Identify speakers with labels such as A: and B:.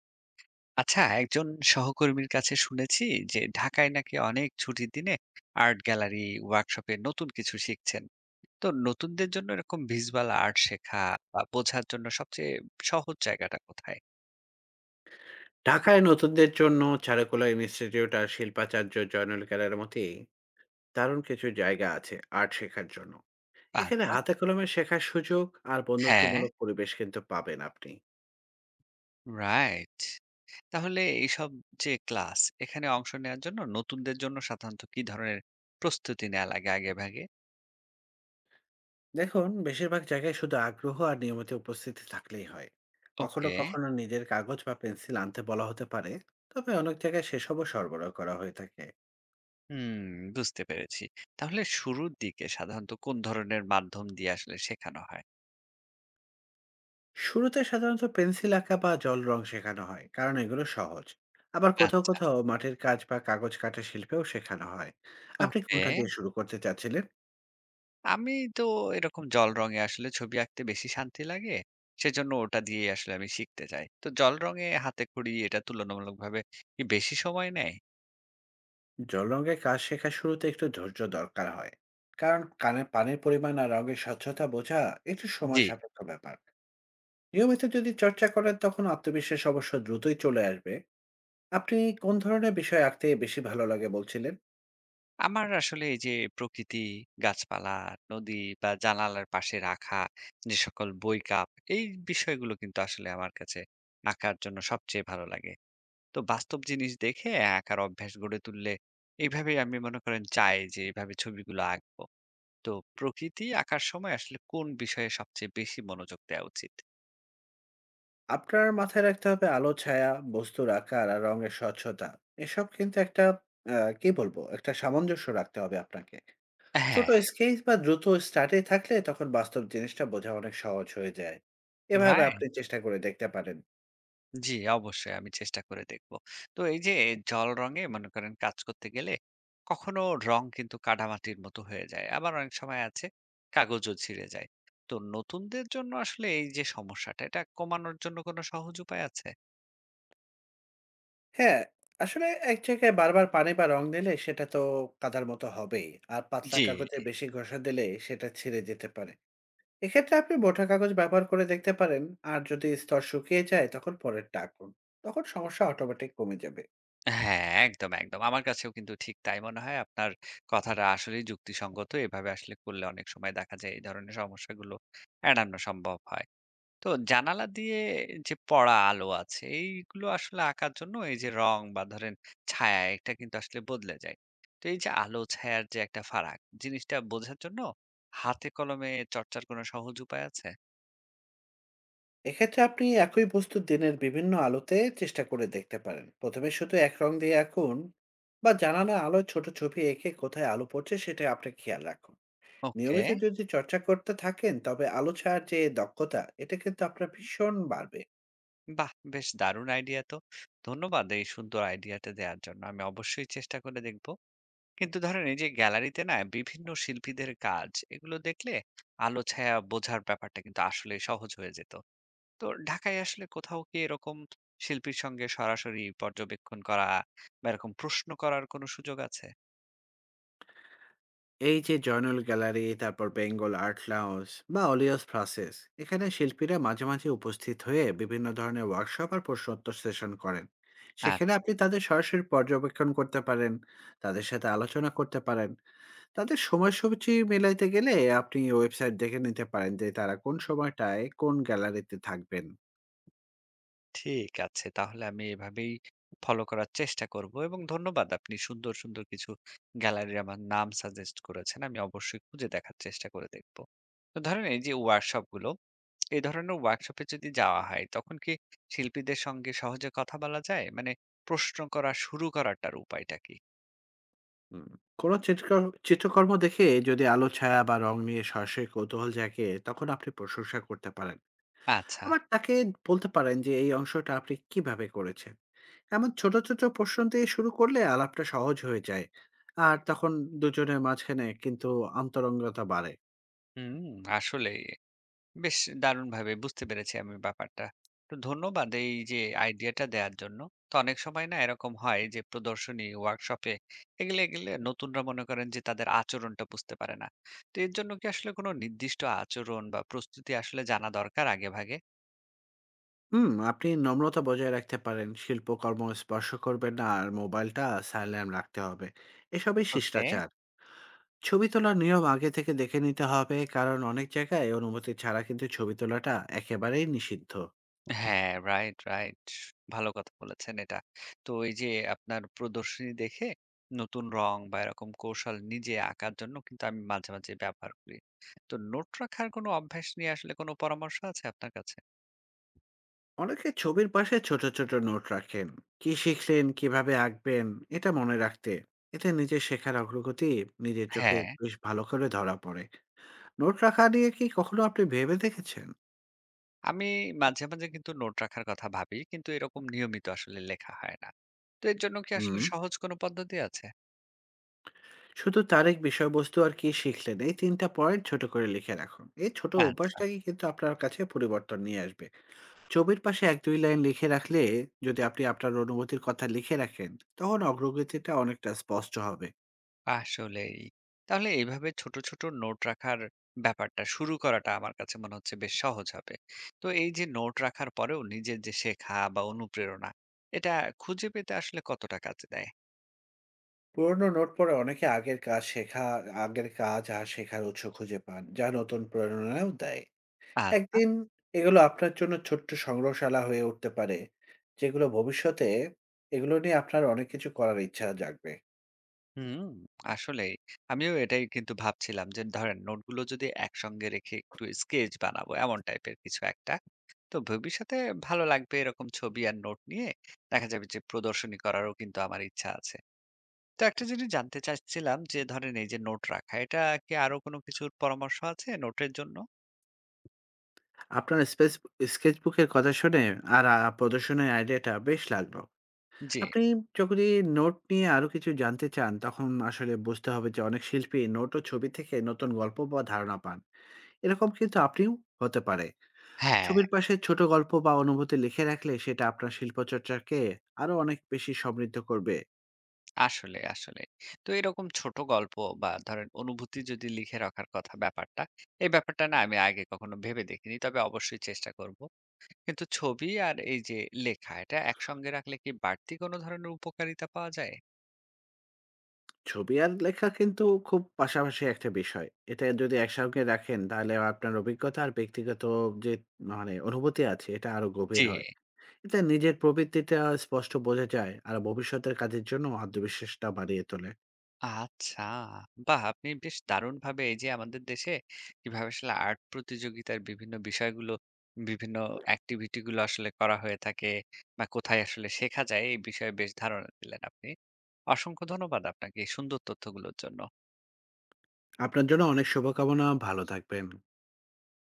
A: আচ্ছা, একজন সহকর্মীর কাছে শুনেছি যে ঢাকায় নাকি অনেক ছুটির দিনে আর্ট গ্যালারি ওয়ার্কশপে নতুন কিছু শিখছেন। তো নতুনদের জন্য এরকম ভিজুয়াল আর্ট শেখা বা বোঝার জন্য সবচেয়ে সহজ জায়গাটা কোথায়?
B: ঢাকায় নতুনদের জন্য চারুকলা ইনস্টিটিউট আর শিল্পাচার্য জয়নুল কেরার মতেই দারুণ কিছু জায়গা আছে আর্ট শেখার জন্য। এখানে
A: আচ্ছা।
B: হাতে কলমে শেখার সুযোগ আর
A: হ্যাঁ,
B: বন্ধুত্বমূলক পরিবেশ কিন্তু পাবেন আপনি।
A: রাইট। তাহলে এইসব যে ক্লাস, এখানে অংশ নেওয়ার জন্য নতুনদের জন্য সাধারণত কি ধরনের প্রস্তুতি নেওয়া লাগে আগে ভাগে?
B: দেখুন, বেশিরভাগ জায়গায় শুধু আগ্রহ আর নিয়মিত উপস্থিতি থাকলেই হয়। কখনো
A: ওকে।
B: কখনো নিজের কাগজ বা পেন্সিল আনতে বলা হতে পারে, তবে অনেক জায়গায় সেসবও সরবরাহ করা হয়ে থাকে।
A: হুম, বুঝতে পেরেছি। তাহলে শুরুর দিকে সাধারণত কোন ধরনের মাধ্যম দিয়ে আসলে শেখানো হয়?
B: শুরুতে সাধারণত পেন্সিল আঁকা বা জল রং শেখানো হয়, কারণ এগুলো সহজ। আবার কোথাও
A: আচ্ছা।
B: কোথাও মাটির কাজ বা কাগজ কাটা শিল্পেও শেখানো হয়। আপনি
A: ওকে।
B: কোনটা দিয়ে শুরু করতে চাচ্ছিলেন?
A: আমি তো এরকম জল রঙে আসলে ছবি আঁকতে বেশি শান্তি লাগে। সেজন্য ওটা দিয়ে আসলে আমি শিখতে চাই। তো জল রঙে হাতেখড়ি এটা তুলনামূলকভাবে কি বেশি সময় নেয়?
B: জল রঙের কাজ শেখার শুরুতে একটু ধৈর্য দরকার হয়, কারণ কানে পানির পরিমাণ আর রঙের স্বচ্ছতা বোঝা একটু
A: জি।
B: সময় সাপেক্ষ ব্যাপার। নিয়মিত যদি চর্চা করেন, তখন আত্মবিশ্বাস অবশ্য দ্রুতই চলে আসবে। আপনি কোন ধরনের বিষয় আঁকতে বেশি ভালো লাগে বলছিলেন?
A: আমার আসলে এই যে প্রকৃতি, গাছপালা, নদী বা জানালার পাশে রাখা যে সকল বই, কাপ, এই বিষয়গুলো কিন্তু আসলে আমার কাছে আঁকার জন্য সবচেয়ে ভালো লাগে। তো বাস্তব জিনিস দেখে আঁকার অভ্যাস গড়ে তুললে এইভাবেই আমি মনে করেন চাই যে এভাবে ছবিগুলো আঁকবো। তো প্রকৃতি আঁকার সময় আসলে কোন বিষয়ে সবচেয়ে বেশি মনোযোগ দেওয়া উচিত?
B: আপনার মাথায় রাখতে হবে আলো, ছায়া, বস্তুর আকার আর রঙের স্বচ্ছতা। এসব কিন্তু একটা আ কি বলবো? একটা সামঞ্জস্য রাখতে হবে আপনাকে। ছোট
A: হ্যাঁ।
B: স্কেচ বা দ্রুত স্টার্টে থাকলে তখন বাস্তব জিনিসটা বোঝা অনেক সহজ হয়ে যায়। এভাবে
A: রাইট।
B: আপনি চেষ্টা করে দেখতে পারেন।
A: জি, অবশ্যই আমি চেষ্টা করে দেখব। তো এই যে জল রঙে মনে করেন কাজ করতে গেলে কখনো রং কিন্তু কাদামাটির মতো হয়ে যায়, আবার অনেক সময় আছে কাগজও ছিঁড়ে যায়। তো নতুনদের জন্য আসলে এই যে সমস্যাটা, এটা কমানোর জন্য কোনো সহজ উপায় আছে?
B: হ্যাঁ, আসলে এক জায়গায় বারবার পানি বা রং দিলে সেটা তো কাদার মতো হবেই। আর পাতলা
A: জি।
B: কাগজে বেশি ঘষা দিলে সেটা ছিঁড়ে যেতে পারে। এক্ষেত্রে আপনি মোটা কাগজ ব্যবহার করে দেখতে পারেন। আর যদি স্তর শুকিয়ে যায়, তখন পরেরটা আঁকুন, তখন সমস্যা অটোমেটিক কমে যাবে।
A: হ্যাঁ, একদম, একদম। আমার কাছেও কিন্তু ঠিক তাই মনে হয়। আপনার কথাটা আসলেই যুক্তিসঙ্গত। এভাবে আসলে করলে অনেক সময় দেখা যায় এই ধরনের সমস্যাগুলো এড়ানো সম্ভব হয়। তো জানালা দিয়ে যে পড়া আলো আছে, এইগুলো আসলে আঁকার জন্য এই যে রং বা ধরেন ছায়া, এটা কিন্তু আসলে বদলে যায়। তো এই যে আলো ছায়ার যে একটা ফারাক, জিনিসটা বোঝার জন্য হাতে কলমে চর্চার কোনো সহজ উপায় আছে?
B: এক্ষেত্রে আপনি একই বস্তু দিনের বিভিন্ন আলোতে চেষ্টা করে দেখতে পারেন। প্রথমে শুধু এক রং দিয়ে আঁকুন বা জানালা আলোয় ছোট ছবি এঁকে কোথায় আলো পড়ছে সেটা আপনি খেয়াল রাখুন।
A: ওকে।
B: নিয়মিত যদি চর্চা করতে থাকেন, তবে আলো ছায়ার যে দক্ষতা এটা কিন্তু আপনার ভীষণ বাড়বে।
A: বাহ! বেশ দারুণ আইডিয়া তো। ধন্যবাদ এই সুন্দর আইডিয়াটা দেওয়ার জন্য। আমি অবশ্যই চেষ্টা করে দেখব। কিন্তু ধরেন এই যে গ্যালারিতে না বিভিন্ন শিল্পীদের কাজ এগুলো দেখলে আলো ছায়া বোঝার ব্যাপারটা কিন্তু আসলে সহজ হয়ে যেত। তো ঢাকায় আসলে কোথাও কি এরকম শিল্পীর সঙ্গে সরাসরি পর্যবেক্ষণ করা বা এরকম প্রশ্ন করার কোনো সুযোগ আছে?
B: এই যে জয়নুল গ্যালারি, তারপর বেঙ্গল আর্ট লাউঞ্জ বা অলিয়স প্রসেস, এখানে শিল্পীরা মাঝে মাঝে উপস্থিত হয়ে বিভিন্ন ধরনের ওয়ার্কশপ আর প্রশ্নোত্তর সেশন করেন। সেখানে
A: আচ্ছা।
B: আপনি তাদের সরাসরি পর্যবেক্ষণ করতে পারেন, তাদের সাথে আলোচনা করতে পারেন। তাদের সময়সূচি মেলাইতে গেলে আপনি ওয়েবসাইট দেখে নিতে পারেন যে তারা কোন সময়টায় কোন গ্যালারিতে থাকবেন।
A: ঠিক আছে, তাহলে আমি এভাবেই ফলো করার চেষ্টা করব এবং ধন্যবাদ, আপনি সুন্দর সুন্দর কিছু গ্যালারির আমার নাম সাজেস্ট করেছেন, আমি অবশ্যই খুঁজে দেখার চেষ্টা করে দেখব। তো ধরেন এই যে ওয়ার্কশপ গুলো, এ ধরনের ওয়ার্কশপে যদি যাওয়া হয় তখন কি শিল্পীদের সঙ্গে সহজে কথা বলা যায়, মানে প্রশ্ন করা শুরু করাটার উপায়টা কি?
B: হুম, কোনো চিত্রকর্ম চিত্রকর্ম দেখে যদি আলো ছায়া বা রং নিয়ে সরাসরি কৌতূহল জাগে, তখন আপনি প্রশংসা করতে পারেন।
A: আচ্ছা।
B: আবার তাকে বলতে পারেন যে এই অংশটা আপনি কিভাবে করেছেন। এমন ছোট ছোট প্রশ্ন দিয়ে শুরু করলে আলাপটা সহজ হয়ে যায়। আর তখন দুজনের মাঝখানে কিন্তু আন্তরঙ্গতা বাড়ে।
A: হুম। আসলে বেশ দারুণ ভাবে বুঝতে পেরেছি আমি ব্যাপারটা। তো ধন্যবাদ এই যে আইডিয়াটা দেওয়ার জন্য। তো অনেক সময় না এরকম হয় যে প্রদর্শনী ওয়ার্কশপে এগুলো এগুলো নতুনরা মনে করেন যে তাদের আচরণটা বুঝতে পারে না। তো এর জন্য কি আসলে কোনো নির্দিষ্ট আচরণ বা প্রস্তুতি আসলে জানা দরকার আগে ভাগে?
B: হুম, আপনি নম্রতা বজায় রাখতে পারেন, শিল্পকর্ম স্পর্শ করবেন না আর মোবাইলটা সাইলেন্ট রাখতে হবে। এসবই
A: ওকে।
B: শিষ্টাচার। ছবি তোলার নিয়ম আগে থেকে দেখে নিতে হবে, কারণ অনেক জায়গায় অনুমতি ছাড়া কিন্তু ছবি তোলাটা একেবারেই নিষিদ্ধ।
A: হ্যাঁ, রাইট, রাইট। ভালো কথা বলেছেন এটা। তো এই যে আপনার প্রদর্শনী দেখে নতুন রং বা এরকম কৌশল নিজে আঁকার জন্য কিন্তু আমি মাঝে, মাঝে ব্যবহার করি। তো নোট রাখার কোনো অভ্যাস নিয়ে আসলে কোনো পরামর্শ আছে আপনার কাছে?
B: অনেকে ছবির পাশে ছোট ছোট নোট রাখেন কি শিখলেন, কিভাবে আঁকবেন, এটা মনে রাখতে। এতে নিজের শেখার অগ্রগতি নিজের চোখে
A: হ্যাঁ।
B: বেশ ভালো করে ধরা পড়ে। নোট রাখা নিয়ে কি কখনো আপনি ভেবে দেখেছেন?
A: আমি মাঝে, মাঝে কিন্তু নোট রাখার কথা ভাবি। কিন্তু এরকম নিয়মিত আসলে লেখা হয় না। তো এর জন্য কি আসলে
B: হুম,
A: সহজ কোনো পদ্ধতি আছে?
B: শুধু তারিখ, বিষয়বস্তু আর কি শিখলেন, এই তিনটা পয়েন্ট ছোট করে লিখে রাখুন। এই ছোট
A: আচ্ছা।
B: অভ্যাসটাকে কিন্তু আপনার কাছে পরিবর্তন নিয়ে আসবে। ছবির পাশে এক দুই লাইন লিখে রাখলে, যদি আপনি আপনার অনুভূতির কথা লিখে রাখেন, তখন অগ্রগতিটা অনেকটা স্পষ্ট হবে।
A: আসলেই। তাহলে এভাবে ছোট, ছোট নোট রাখার ব্যাপারটা শুরু করাটা আমার কাছে মনে হচ্ছে বেশ সহজ হবে। তো এই যে নোট রাখার পরেও নিজের যে শেখা বা অনুপ্রেরণা, এটা খুঁজে পেতে আসলে কতটা কাজে দেয়?
B: পুরোনো নোট পড়ে অনেকে আগের কাজ শেখা, আগের কাজ আর শেখার উৎস খুঁজে পান, যা নতুন প্রেরণাও দেয়।
A: আচ্ছা।
B: একদিন এগুলো আপনার জন্য ছোট্ট সংগ্রহশালা হয়ে উঠতে পারে, যেগুলো ভবিষ্যতে এগুলো নিয়ে আপনার অনেক কিছু করার ইচ্ছা জাগবে।
A: হুম, আসলেই। আমিও এটাই কিন্তু ভাবছিলাম যে ধরেন নোটগুলো যদি একসঙ্গে রেখে একটু স্কেচ বানাবো এমন টাইপের কিছু একটা। তো ভবিষ্যতে ভালো লাগবে এরকম ছবি আর নোট নিয়ে দেখা যাবে যে প্রদর্শনী করারও কিন্তু আমার ইচ্ছা আছে। তো একটা জিনিস জানতে চাচ্ছিলাম যে ধরেন এই যে নোট রাখা, এটা কি আরো কোনো কিছুর পরামর্শ আছে নোটের জন্য?
B: আপনার স্পেস স্কেচবুকের কথা শুনে আর প্রদর্শনের আইডিয়াটা বেশ লাগলো।
A: জি।
B: আপনি যদি নোট নিয়ে আরো কিছু জানতে চান, তখন আসলে বুঝতে হবে যে অনেক শিল্পী নোট ও ছবি থেকে নতুন গল্প বা ধারণা পান। এরকম কিন্তু আপনিও হতে পারে।
A: হ্যাঁ,
B: ছবির পাশে ছোট গল্প বা অনুভূতি লিখে রাখলে সেটা আপনার শিল্পচর্চাকে আরো অনেক বেশি সমৃদ্ধ করবে।
A: আসলে, আসলে। তো এরকম ছোট গল্প বা ধরেন অনুভূতি যদি লিখে রাখার কথা ব্যাপারটা, এই ব্যাপারটা না আমি আগে কখনো ভেবে দেখিনি। তবে অবশ্যই চেষ্টা করব। কিন্তু ছবি আর এই যে লেখা, এটা একসঙ্গে রাখলে কি বাড়তি কোনো ধরনের উপকারিতা পাওয়া যায়?
B: ছবি আর লেখা কিন্তু খুব পাশাপাশি একটা বিষয়, এটা যদি একসঙ্গে রাখেন তাহলে আপনার অভিজ্ঞতা আর ব্যক্তিগত যে মানে অনুভূতি আছে এটা আরো গভীর
A: জি।
B: হয়। এতে নিজের প্রবৃত্তিটা স্পষ্ট বোঝা যায় আর ভবিষ্যতের কাজের জন্য আত্মবিশ্বাসটা বাড়িয়ে তোলে।
A: আচ্ছা! বাহ! আপনি বেশ দারুণভাবে এই যে আমাদের দেশে কিভাবে আসলে আর্ট প্রতিযোগিতার বিভিন্ন বিষয়গুলো, বিভিন্ন এক্টিভিটি গুলো আসলে করা হয়ে থাকে বা কোথায় আসলে শেখা যায় এই বিষয়ে বেশ ধারণা দিলেন আপনি। অসংখ্য ধন্যবাদ আপনাকে এই সুন্দর তথ্যগুলোর জন্য।
B: আপনার জন্য অনেক শুভকামনা, ভালো থাকবেন।